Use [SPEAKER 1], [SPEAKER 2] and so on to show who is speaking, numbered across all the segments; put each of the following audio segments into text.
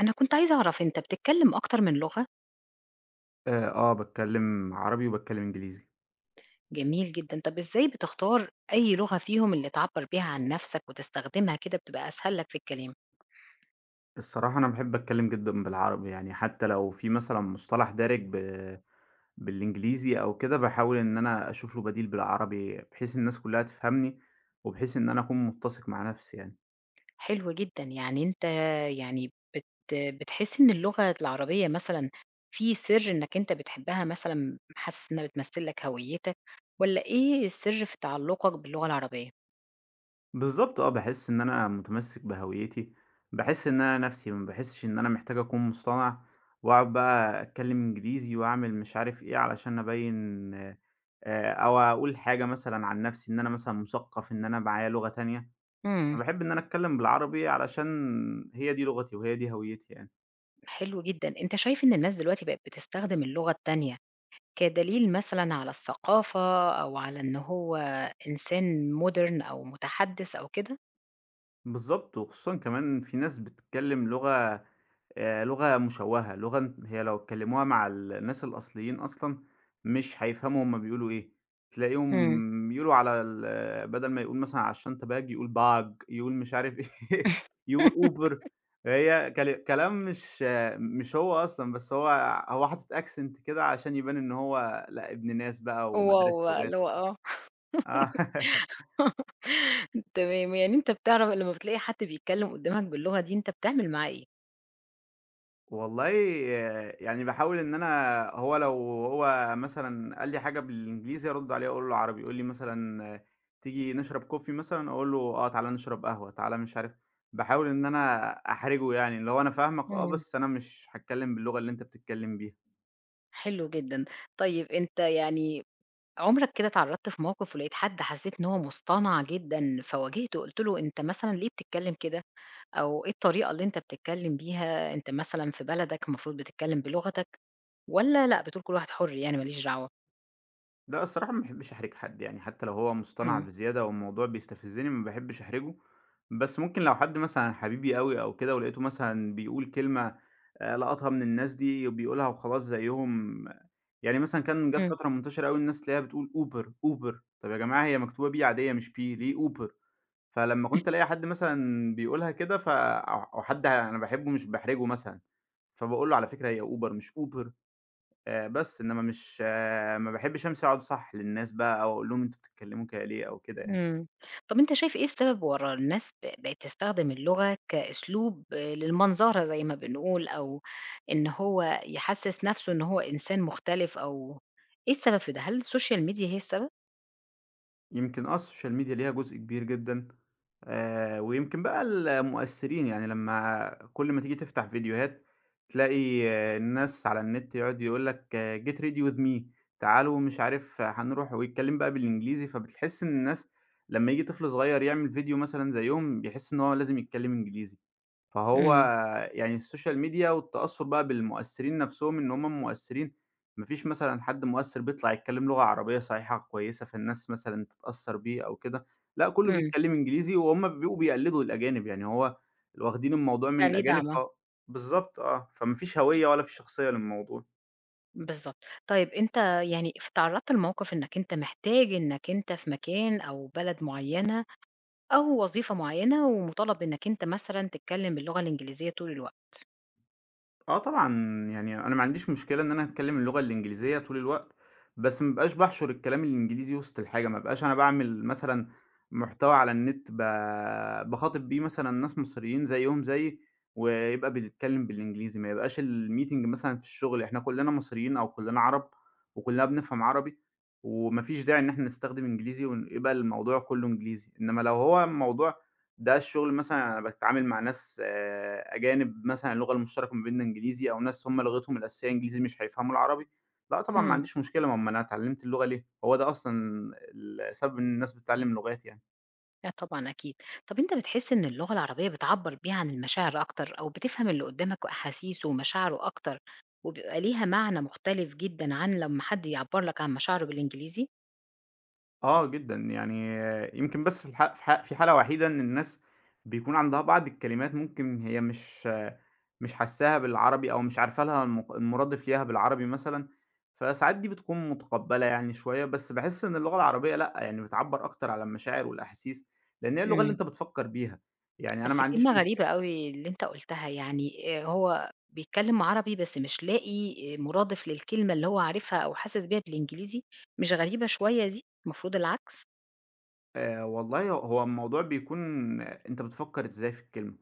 [SPEAKER 1] أنا كنت عايزة أعرف أنت بتتكلم أكتر من لغة؟
[SPEAKER 2] آه، باتكلّم عربي وباتكلّم إنجليزي.
[SPEAKER 1] جميل جدًا، طب إزاي بتختار أي لغة فيهم اللي تعبّر بيها عن نَفْسك وتستخدمها كده بتبقى أسهل لك في الكلام؟
[SPEAKER 2] الصراحة أنا باحب أتكلّم جدًا بالعربي، يعني حتى لو في مثلًا مصطلح دارج بالإنجليزي أو كده، باحاول إن أنا أشوف له بديل بالعربي، بحيث الناس كلّها تفهمني، وبحيث إن أنا أكون متّسق مع نَفْسي يعني.
[SPEAKER 1] حلو جدًا، يعني أنت يعني بت بتحس إن اللغة العربية مثلًا في سِر إنّك أنت بتحبها مثلًا حاسس إنّها بتمثّل لك هويتك والّا إيه السِر في تعلُّقك باللغة العربية؟
[SPEAKER 2] بالضبط آه، باحس إن أنا متمسك بهويتي، باحس إن أنا نَفْسي، ما باحسش إن أنا محتاج أكون مصطنع وأقعد بقى أتكلّم إنجليزي وأعمل مش عارف إيه علشان أبيّن أو أقول حاجة مثلًا عن نَفْسي إن أنا مثلًا مُثقّف، إن أنا معايا لغة تانية،
[SPEAKER 1] إمم،
[SPEAKER 2] فباحب إن أنا أتكلّم بالعربي علشان هي دي لغتي وهي دي هويتي يعني.
[SPEAKER 1] حلو جدًا، أنت شايف إن الناس دلوقتي بقت بتستخدم اللغة التانية كدليل مثلًا على الثقافة أو على إن هو إنسان modern أو متحدّث أو كده؟
[SPEAKER 2] بالضبط، وخصوصًا كمان في ناس بتتكلّم لغة مشوّهة، لغة أن هي لو اتكلّموها مع الناس الأصليين أصلًا مش هيفهموا هُم بيقولوا إيه،
[SPEAKER 1] إمم.
[SPEAKER 2] تلاقيهم بيقولوا على ال آه، بدل ما يقول مثلًا على الشنطة bag يقول bag يقول مش عارف إيه، يقول Uber هي كل كلام مش هو أصلًا، بس هو حاطط accent كده عشان يبان إن هو لأ، ابن ناس بقى ومدارس
[SPEAKER 1] واو! اللي
[SPEAKER 2] لغات
[SPEAKER 1] هو
[SPEAKER 2] وكده.
[SPEAKER 1] آه.
[SPEAKER 2] آه.
[SPEAKER 1] تمام، يعني أنت بتعرف لمّا بتلاقي حد بيتكلّم قدّامك باللغة دي أنت بتعمل معاه إيه؟
[SPEAKER 2] والله آه، يعني باحاول إن أنا هو لو هو مثلًا قال لي حاجة بالإنجليزي أرُد عليه أقول له عربي، يقول لي مثلًا تيجي نشرب كوفي مثلًا، أقول له تعالَ نشرب قهوة، تعالَ مش عارف باحاول إن أنا أحرجه يعني، اللي هو أنا فاهمك
[SPEAKER 1] إمم.
[SPEAKER 2] بس أنا مش هاتكلم باللغة اللي أنت بتتكلم بيها.
[SPEAKER 1] حلو جدًا. طيب أنت يعني عُمرك كده اتعرّضت في موقف ولقيت حد حسّيت إن هو مصطنع جدًا فواجهته قُلت له أنت مثلًا ليه بتتكلّم كده أو إيه الطريقة اللي أنت بتتكلّم بيها؟ أنت مثلًا في بلدك المفروض بتتكلّم بلغتك. والّا لأ، بتقول كل واحد حُر يعني ما ليش دعوة؟
[SPEAKER 2] لأ الصراحة ما باحبش أحرج حد، يعني حتى لو هو مُصطنع
[SPEAKER 1] إمم،
[SPEAKER 2] بزيادة أو الموضوع بيستفزني ما باحبش أحرجه، بس ممكن لو حد مثلًا حبيبي أوي أو كده ولقيته مثلًا بيقول كلمة لقطها من الناس دي وبيقولها وخلاص زيّهم، يعني مثلًا كان جات
[SPEAKER 1] إمم،
[SPEAKER 2] فترة منتشرة أوي الناس تلاقيها بتقول Uber، Uber. طَب يا جماعة هي مكتوبة B عادية مش P ليه Uber؟ فلمّا كنت ألاقي حد مثلًا بيقولها كده أو حد أنا باحبه مش باحرجه مثلًا، فباقول له على فكرة هي Uber مش Uber. بس، إنما مش آه، ما باحبش أمشي أقعد أصحّح للناس بقى أو أقول لهم أنتم بتتكلموا كده ليه أو كده يعني.
[SPEAKER 1] إمم. طَب أنت شايف إيه السبب ورا الناس بقت تستخدم اللغة كأسلوب للمنظرة زي ما بنقول، أو إن هو يحسّس نَفْسه إن هو إنسان مختلف أو إيه السبب في ده؟ هل السوشيال ميديا هي السبب؟
[SPEAKER 2] يمكن السوشيال ميديا ليها جزء كبير جدًا، ويمكن بقى المؤثرين، يعني لمّا كل ما تيجي تفتح فيديوهات تلاقي الناس على النت يقعد يقول لك get ready with me تعالوا مش عارف هنروح ويتكلم بقى بالإنجليزي، فبتحس إن الناس لمّا ييجي طفل صغير يعمل فيديو مثلًا زيّهم، بيحس إن هو لازم يتكلم إنجليزي. فهو
[SPEAKER 1] إمم،
[SPEAKER 2] يعني السوشيال ميديا والتأثّر بقى بالمؤثّرين نَفْسهم إن هم مؤثّرين، ما فيش مثلًا حد مؤثّر بيطلع يتكلّم لغة عربية صحيحة كويسة فالناس مثلًا تتأثّر بيه أو كده، لأ كُلّه
[SPEAKER 1] إمم،
[SPEAKER 2] بيتكلّم إنجليزي وهم بيبقوا بيقلّدوا الأجانب، يعني واخدين الموضوع من
[SPEAKER 1] كان ليه
[SPEAKER 2] الأجانب
[SPEAKER 1] دعمها،
[SPEAKER 2] بالضبط فما فيش هوية ولا في شخصية للموضوع.
[SPEAKER 1] بالضبط. طيب أنت يعني ف اتعرّضت لموقِف إنّك أنت محتاج إنّك أنت في مكان أو بلد معيّنة أو وظيفة معيّنة ومُطالب إنّك أنت مثلًا تتكلّم باللغة الإنجليزية طول الوقت؟
[SPEAKER 2] آه طبعًا، يعني أنا ما عنديش مشكلة إن أنا أتكلم اللغة الإنجليزية طول الوقت، بس ما ابقاش باحشر الكلام الإنجليزي وسط الحاجة، ما ابقاش أنا باعمل مثلًا محتوى على النت باخاطب بيه مثلًا ناس مصريين زيّهم زيي، ويبقى بنتكلم بالإنجليزي، ما يبقاش الmeeting مثلًا في الشغل إحنا كلنا مصريين أو كلنا عرب، وكلنا بنفهم عربي، وما فيش داعي إن إحنا نستخدم إنجليزي يبقى الموضوع كله إنجليزي، إنما لو هو موضوع ده الشغل مثلًا أنا باتعامل مع ناس أجانب مثلًا اللغة المشتركة ما بيننا إنجليزي، أو ناس هم لغتهم الأساسية إنجليزي مش هيفهموا العربي، لأ طبعًا ما
[SPEAKER 1] إمم.
[SPEAKER 2] عنديش مشكلة، ما هو أنا اتعلمت اللغة ليه؟ هو ده أصلًا السبب إن الناس بتتعلم لغات يعني.
[SPEAKER 1] لأ طبعًا أكيد. طَب أنت بتحس إن اللغة العربية بتعبّر بيها عن المشاعر أكتر أو بتفهم اللي قدّامك وأحاسيسه ومشاعره أكتر وبيبقى ليها معنى مختلف جدًا عن لمّا حد يعبّر لك عن مشاعره بالإنجليزي؟
[SPEAKER 2] آه جدًا، يعني يمكن بس في الح في ح في حالة وحيدة إن الناس بيكون عندها بعض الكلمات ممكن هي مش حاساها بالعربي أو مش عارفة لها المُرادف ليها بالعربي مثلًا، فساعات دي بتكون متقبّلة يعني شوية، بس باحس إن اللغة العربية لأ، يعني بتعبّر أكتر على المشاعر والأحاسيس، لإن هي اللغة اللي
[SPEAKER 1] إمم.
[SPEAKER 2] أنت بتفكّر بيها، يعني أنا ما
[SPEAKER 1] بس
[SPEAKER 2] عنديش
[SPEAKER 1] كلمة
[SPEAKER 2] مش
[SPEAKER 1] غريبة أوي اللي أنت قُلتها، يعني هو بيتكلّم عربي بس مش لاقي مرادف للكلمة اللي هو عارفها أو حاسس بيها بالإنجليزي، مش غريبة شوية دي؟ المفروض العكس؟
[SPEAKER 2] والله هو الموضوع بيكون أنت بتفكّر إزاي في الكلمة.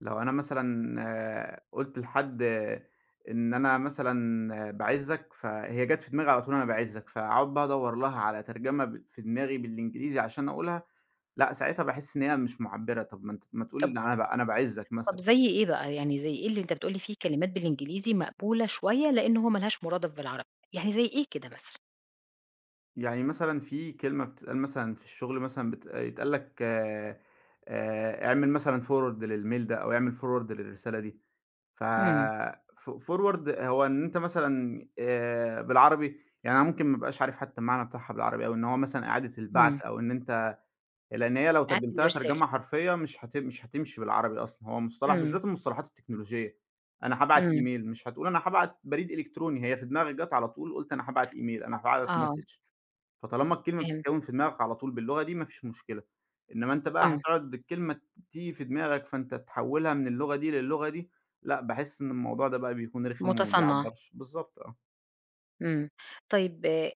[SPEAKER 2] لو أنا مثلًا قُلت لحد إن أنا مثلًا باعِزّك، فهي جات في دماغي على طول أنا باعِزّك، فأقعد بقى أدوّر لها على ترجمة في دماغي بالإنجليزي عشان أقولها، لأ ساعتها باحس إن هي مش مُعبّرة، طَب ما أنت ما تقول إن أنا باعِزّك
[SPEAKER 1] طب
[SPEAKER 2] مثلًا.
[SPEAKER 1] زي إيه بقى، يعني زي إيه اللي أنت بتقول لي فيه كلمات بالإنجليزي مقبولة شوية لإن هو ما لهاش مرادف بالعربي، يعني زي إيه كده مثلًا؟
[SPEAKER 2] يعني مثلًا في كلمة بتتقال مثلًا في الشغل مثلًا يتقال لك اعمل مثلًا forward للmail ده أو اعمل forward للرسالة دي. ف
[SPEAKER 1] إمم،
[SPEAKER 2] ف forward هو إن أنت مثلًا بالعربي يعني أنا ممكن ما ابقاش عارف حتى المعنى بتاعها بالعربي أوي، إن هو مثلًا إعادة
[SPEAKER 1] إمم،
[SPEAKER 2] البعث أو إن أنت لإن هي لو
[SPEAKER 1] إعادة
[SPEAKER 2] ترجمتها
[SPEAKER 1] الإرسال،
[SPEAKER 2] ترجمة حرفية مش هتمشي بالعربي أصلًا، هو مصطلح
[SPEAKER 1] إمم،
[SPEAKER 2] بالذات المصطلحات التكنولوجية، أنا هابعت
[SPEAKER 1] إمم،
[SPEAKER 2] إيميل مش هتقول أنا هابعت بريد إلكتروني، هي في دماغك جات على طول قُلت أنا هابعت إيميل، أنا هابعت
[SPEAKER 1] آه
[SPEAKER 2] message. فطالما الكلمة
[SPEAKER 1] فهمت،
[SPEAKER 2] بتتكوِّن في دماغك على طول باللغة دي ما فيش مشكلة، إنما أنت بقى
[SPEAKER 1] إمم،
[SPEAKER 2] هتقعد الكلمة تيجي في دماغك فأنت تحوِّلها من اللغة دي للغة دي، لأ، باحس إن الموضوع ده بقى بيكون رخم وما
[SPEAKER 1] متصنعة.
[SPEAKER 2] بيعبّرش بالضبط آه.
[SPEAKER 1] إمم. طيب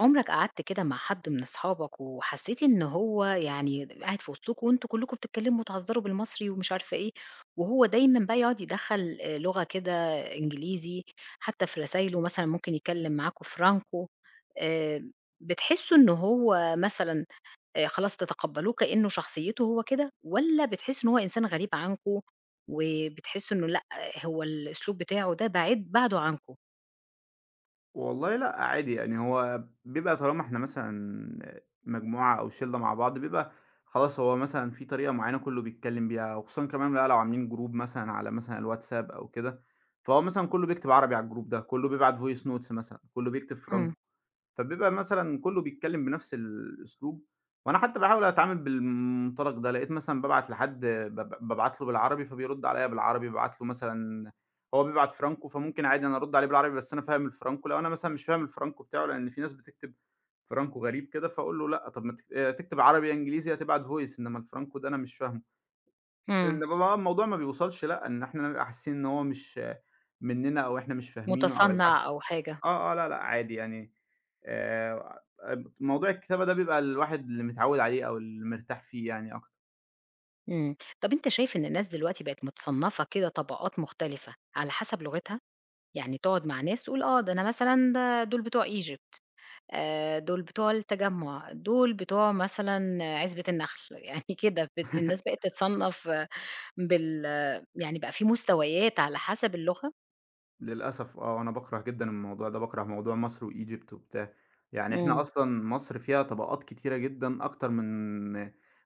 [SPEAKER 1] عُمرك قعدت كده مع حد من أصحابك وحسّيت إن هو يعني قاعد في وسطكم وأنتم كلّكم بتتكلّموا وتهزّروا بالمصري ومش عارفة إيه، وهو دايمًا بقى يقعد يدخّل لغة كده إنجليزي، حتّى في رسايله مثلًا ممكن يتكلّم معاكم فرانكو آآ بتحسّوا إن هو مثلًا خلاص تتقبّلوه كإنه شخصيته هو كده والّا بتحسّوا إن هو إنسان غريب عنكم وبتحسّوا إنه لأ، آه، هو الأسلوب بتاعه ده بعيد بعده عنكم؟
[SPEAKER 2] والله لأ، عادي يعني هو بيبقى طالما إحنا مثلًا مجموعة أو شِلّة مع بعض بيبقى خلاص هو مثلًا في طريقة معيّنة كُلّه بيتكلِّم بيها وخصوصًا كمان بقى لو عاملين جروب مثلًا على مثلًا الواتساب أو كده، فهو مثلًا كُلّه بيكتب عربي على الجروب ده، كُلّه بيبعت voice notes مثلًا، كُلّه بيكتب فرَنك
[SPEAKER 1] إمم.
[SPEAKER 2] فبيبقى مثلًا كلّه بيتكلّم بنفس الأسلوب، وأنا حتى باحاول أتعامل بالمنطلق ده، لقيت مثلًا بابعت لحد باب بابعت له بالعربي فبيرُد عليّا بالعربي، بابعت له مثلًا هو بيبعت فرانكو فممكن عادي أنا أرُد عليه بالعربي بس أنا فاهم الفرانكو، لو أنا مثلًا مش فاهم الفرانكو بتاعه لإن في ناس بتكتب فرانكو غريب كده، فاقول له لأ طَب ما تك تكتب عربي يا إنجليزي يا تبعت voice إنّما الفرانكو ده أنا مش فاهمه.
[SPEAKER 1] إمم.
[SPEAKER 2] إنّما بقى الموضوع ما بيوصلش لأ، إن إحنا نبقى حاسين إن هو مش منّنا أو إحنا مش فاهمينه أو الح
[SPEAKER 1] مُتصنّع أو حاجة،
[SPEAKER 2] آه، آه، لأ، لأ، عادي يعني موضوع الكتابة ده بيبقى الواحد اللي متعوّد عليه أو اللي مرتاح فيه يعني أكتر.
[SPEAKER 1] إمم. طَب أنت شايف إن الناس دلوقتي بقت متصنّفة كده طبقات مختلفة على حسب لغتها؟ يعني تقعد مع ناس تقول آه، ده أنا مثلًا ده دول بتوع Egypt، دول بتوع التجمُّع، دول بتوع مثلًا عِزبة النخل، يعني كده بت الناس بقت تتصنّف آه، بال آه، يعني بقى في مستويات على حسب اللغة؟
[SPEAKER 2] للأسف أنا باكره جدًا الموضوع ده، باكره موضوع مصر وEgypt وبتاع، يعني إحنا
[SPEAKER 1] إمم.
[SPEAKER 2] أصلًا مصر فيها طبقات كتيرة جدًا أكتر من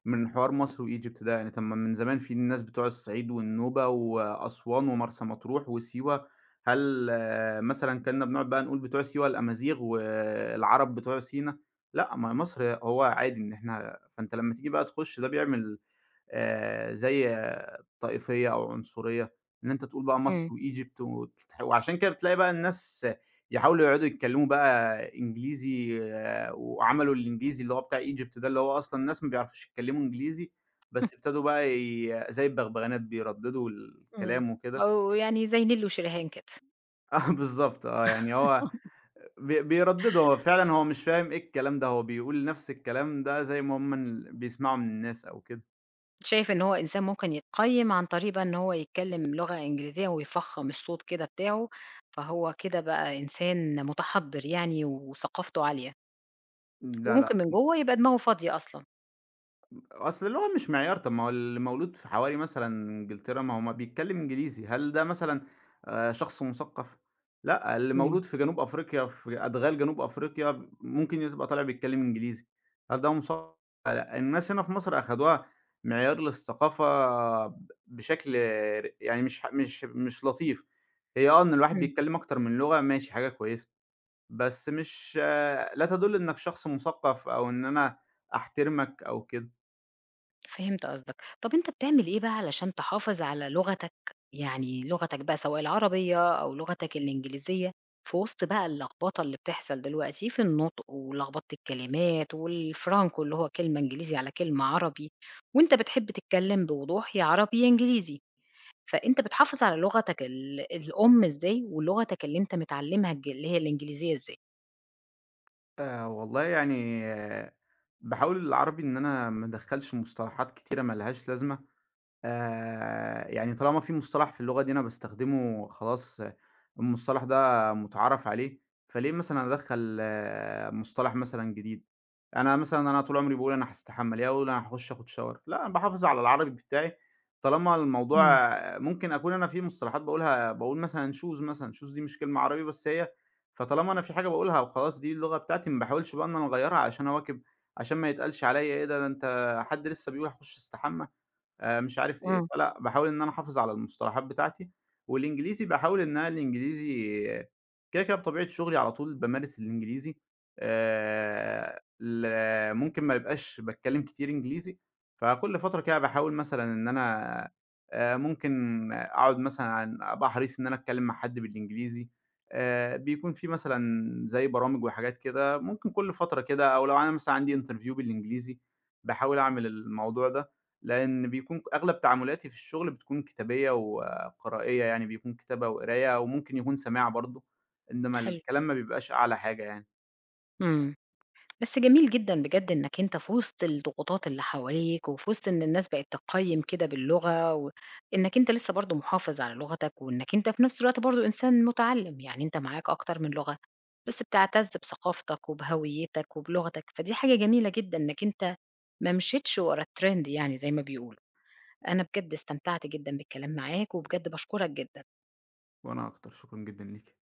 [SPEAKER 2] من حوار مصر وEgypt ده، يعني طب ما من زمان في الناس بتوع الصعيد والنوبة وأسوان ومرسى مطروح وسيوة، هل مثلًا كنا بنقعد بقى نقول بتوع سيوة الأمازيغ والعرب بتوع سينا؟ لأ، ما هي مصر هو عادي إن فأنت لمّا تيجي بقى تخش ده بيعمل زي طائفية أو عنصرية، إن أنت تقول بقى مصر
[SPEAKER 1] إمم.
[SPEAKER 2] وEgypt وعشان كده بتلاقي بقى الناس يحاولوا يقعدوا يتكلموا بقى إنجليزي وعملوا الإنجليزي اللي هو بتاع Egypt ده، اللي هو أصلًا الناس ما بيعرفوش يتكلموا إنجليزي، بس ابتدوا بقى زي البغبغانات بيرددوا
[SPEAKER 1] إمم.
[SPEAKER 2] الكلام وكده.
[SPEAKER 1] أو يعني زي نيل وشريهان كده.
[SPEAKER 2] آه بالضبط يعني هو بيرددوا، هو فعلًا هو مش فاهم إيه الكلام ده، هو بيقول نفس الكلام ده زي ما هم بيسمعوا من الناس أو كده.
[SPEAKER 1] شايف إن هو إنسان ممكن يتقيّم عن طريق بقى إن هو يتكلّم لغة إنجليزية ويفخّم الصوت كده بتاعه، فهو كده بقى إنسان متحضّر يعني وثقافته عالية،
[SPEAKER 2] لا، لا.
[SPEAKER 1] وممكن من جوّه يبقى دماغه فاضية أصلًا.
[SPEAKER 2] أصل اللغة مش معيار، طب ما هو اللي مولود في حواري مثلًا إنجلترا ما هو ما بيتكلّم إنجليزي، هل ده مثلًا شخص مثقّف؟ لأ، اللي
[SPEAKER 1] إمم.
[SPEAKER 2] مولود في جنوب أفريقيا في أدغال جنوب أفريقيا ممكن يبقى طالع بيتكلّم إنجليزي، هل ده مثقّف؟ لأ، الناس هنا في مصر أخدوها معيار للثقافة بشكل يعني مش ح مش مش لطيف، هي إن الواحد بيتكلّم أكتر من لغة ماشي حاجة كويسة، بس مش آه، لا تدُل إنّك شخص مثقّف أو إن أنا أحترمك أو كده.
[SPEAKER 1] فهمت قصدك. طَب أنت بتعمل إيه بقى علشان تحافظ على لغتك، يعني لغتك بقى سواء العربية أو لغتك الإنجليزية، في وسط بقى اللخبطة اللي بتحصل دلوقتي في النطق ولخبطة الكلمات والفرانكو اللي هو كلمة إنجليزي على كلمة عربي، وأنت بتحب تتكلم بوضوح يا عربي يا إنجليزي، فأنت بتحافظ على لغتك الأم إزاي ولغتك اللي أنت متعلمها اللي هي الإنجليزية إزاي؟
[SPEAKER 2] والله يعني باحاول العربي إن أنا ما ادخّلش مصطلحات كتيرة ما لهاش لازمة، يعني طالما في مصطلح في اللغة دي أنا باستخدمه خلاص المصطلح ده مُتعارف عليه، فليه مثلًا أدخّل مصطلح مثلًا جديد؟ أنا مثلًا أنا طول عمري باقول أنا هاستحمى، ليه أقول أنا هاخُش آخُد shower؟ لأ، أنا باحافظ على العربي بتاعي طالما الموضوع
[SPEAKER 1] إمم.
[SPEAKER 2] ممكن أكون أنا في مصطلحات باقولها باقول مثلًا shoes مثلًا، shoes دي مش كلمة عربي بس هي فطالما أنا في حاجة باقولها وخلاص دي اللغة بتاعتي ما باحاولش بقى إن أنا أغيّرها عشان أواكب، عشان ما يتقالش عليّا إيه ده، ده أنت حد لسّه بيقول هاخُش أستحمى؟ مش عارف إيه،
[SPEAKER 1] إمم.
[SPEAKER 2] فلأ باحاول إن أنا أحافظ على المصطلحات بتاعتي، والإنجليزي باحاول إن أنا الإنجليزي كده، كده بطبيعة شغلي على طول بامارس الإنجليزي ل ممكن ما يبقاش باتكلم كتير إنجليزي، فكل فترة كده باحاول مثلًا إن أنا ممكن أقعد مثلًا أبقى حريص إن أنا أتكلم مع حد بالإنجليزي، بيكون في مثلًا زي برامج وحاجات كده، ممكن كل فترة كده أو لو أنا مثلًا عندي interview بالإنجليزي، باحاول أعمل الموضوع ده. لإن بيكون أغلب تعاملاتي في الشغل بتكون كتابية وقرائية، يعني بيكون كتابة وقراية وممكن يكون سماع برضه، إنما
[SPEAKER 1] حلو.
[SPEAKER 2] الكلام ما بيبقاش أعلى حاجة يعني.
[SPEAKER 1] إمم. بس جميل جدًا بجد إنك أنت في وسط الضغوطات اللي حواليك، وفي وسط إن الناس بقت تقيّم كده باللغة، وإنك أنت لسه برضه محافظ على لغتك، وإنك أنت في نفس الوقت برضه إنسان متعلّم، يعني أنت معاك أكتر من لغة، بس بتعتز بثقافتك وبهويتك وبلغتك، فدي حاجة جميلة جدًا إنك أنت ما مشيتش ورا الtrend يعني زي ما بيقولوا، أنا بجد استمتعت جدًا بالكلام معاك، وبجد باشكرك جدًا.
[SPEAKER 2] وأنا أكتر، شكرًا جدًا ليكِ.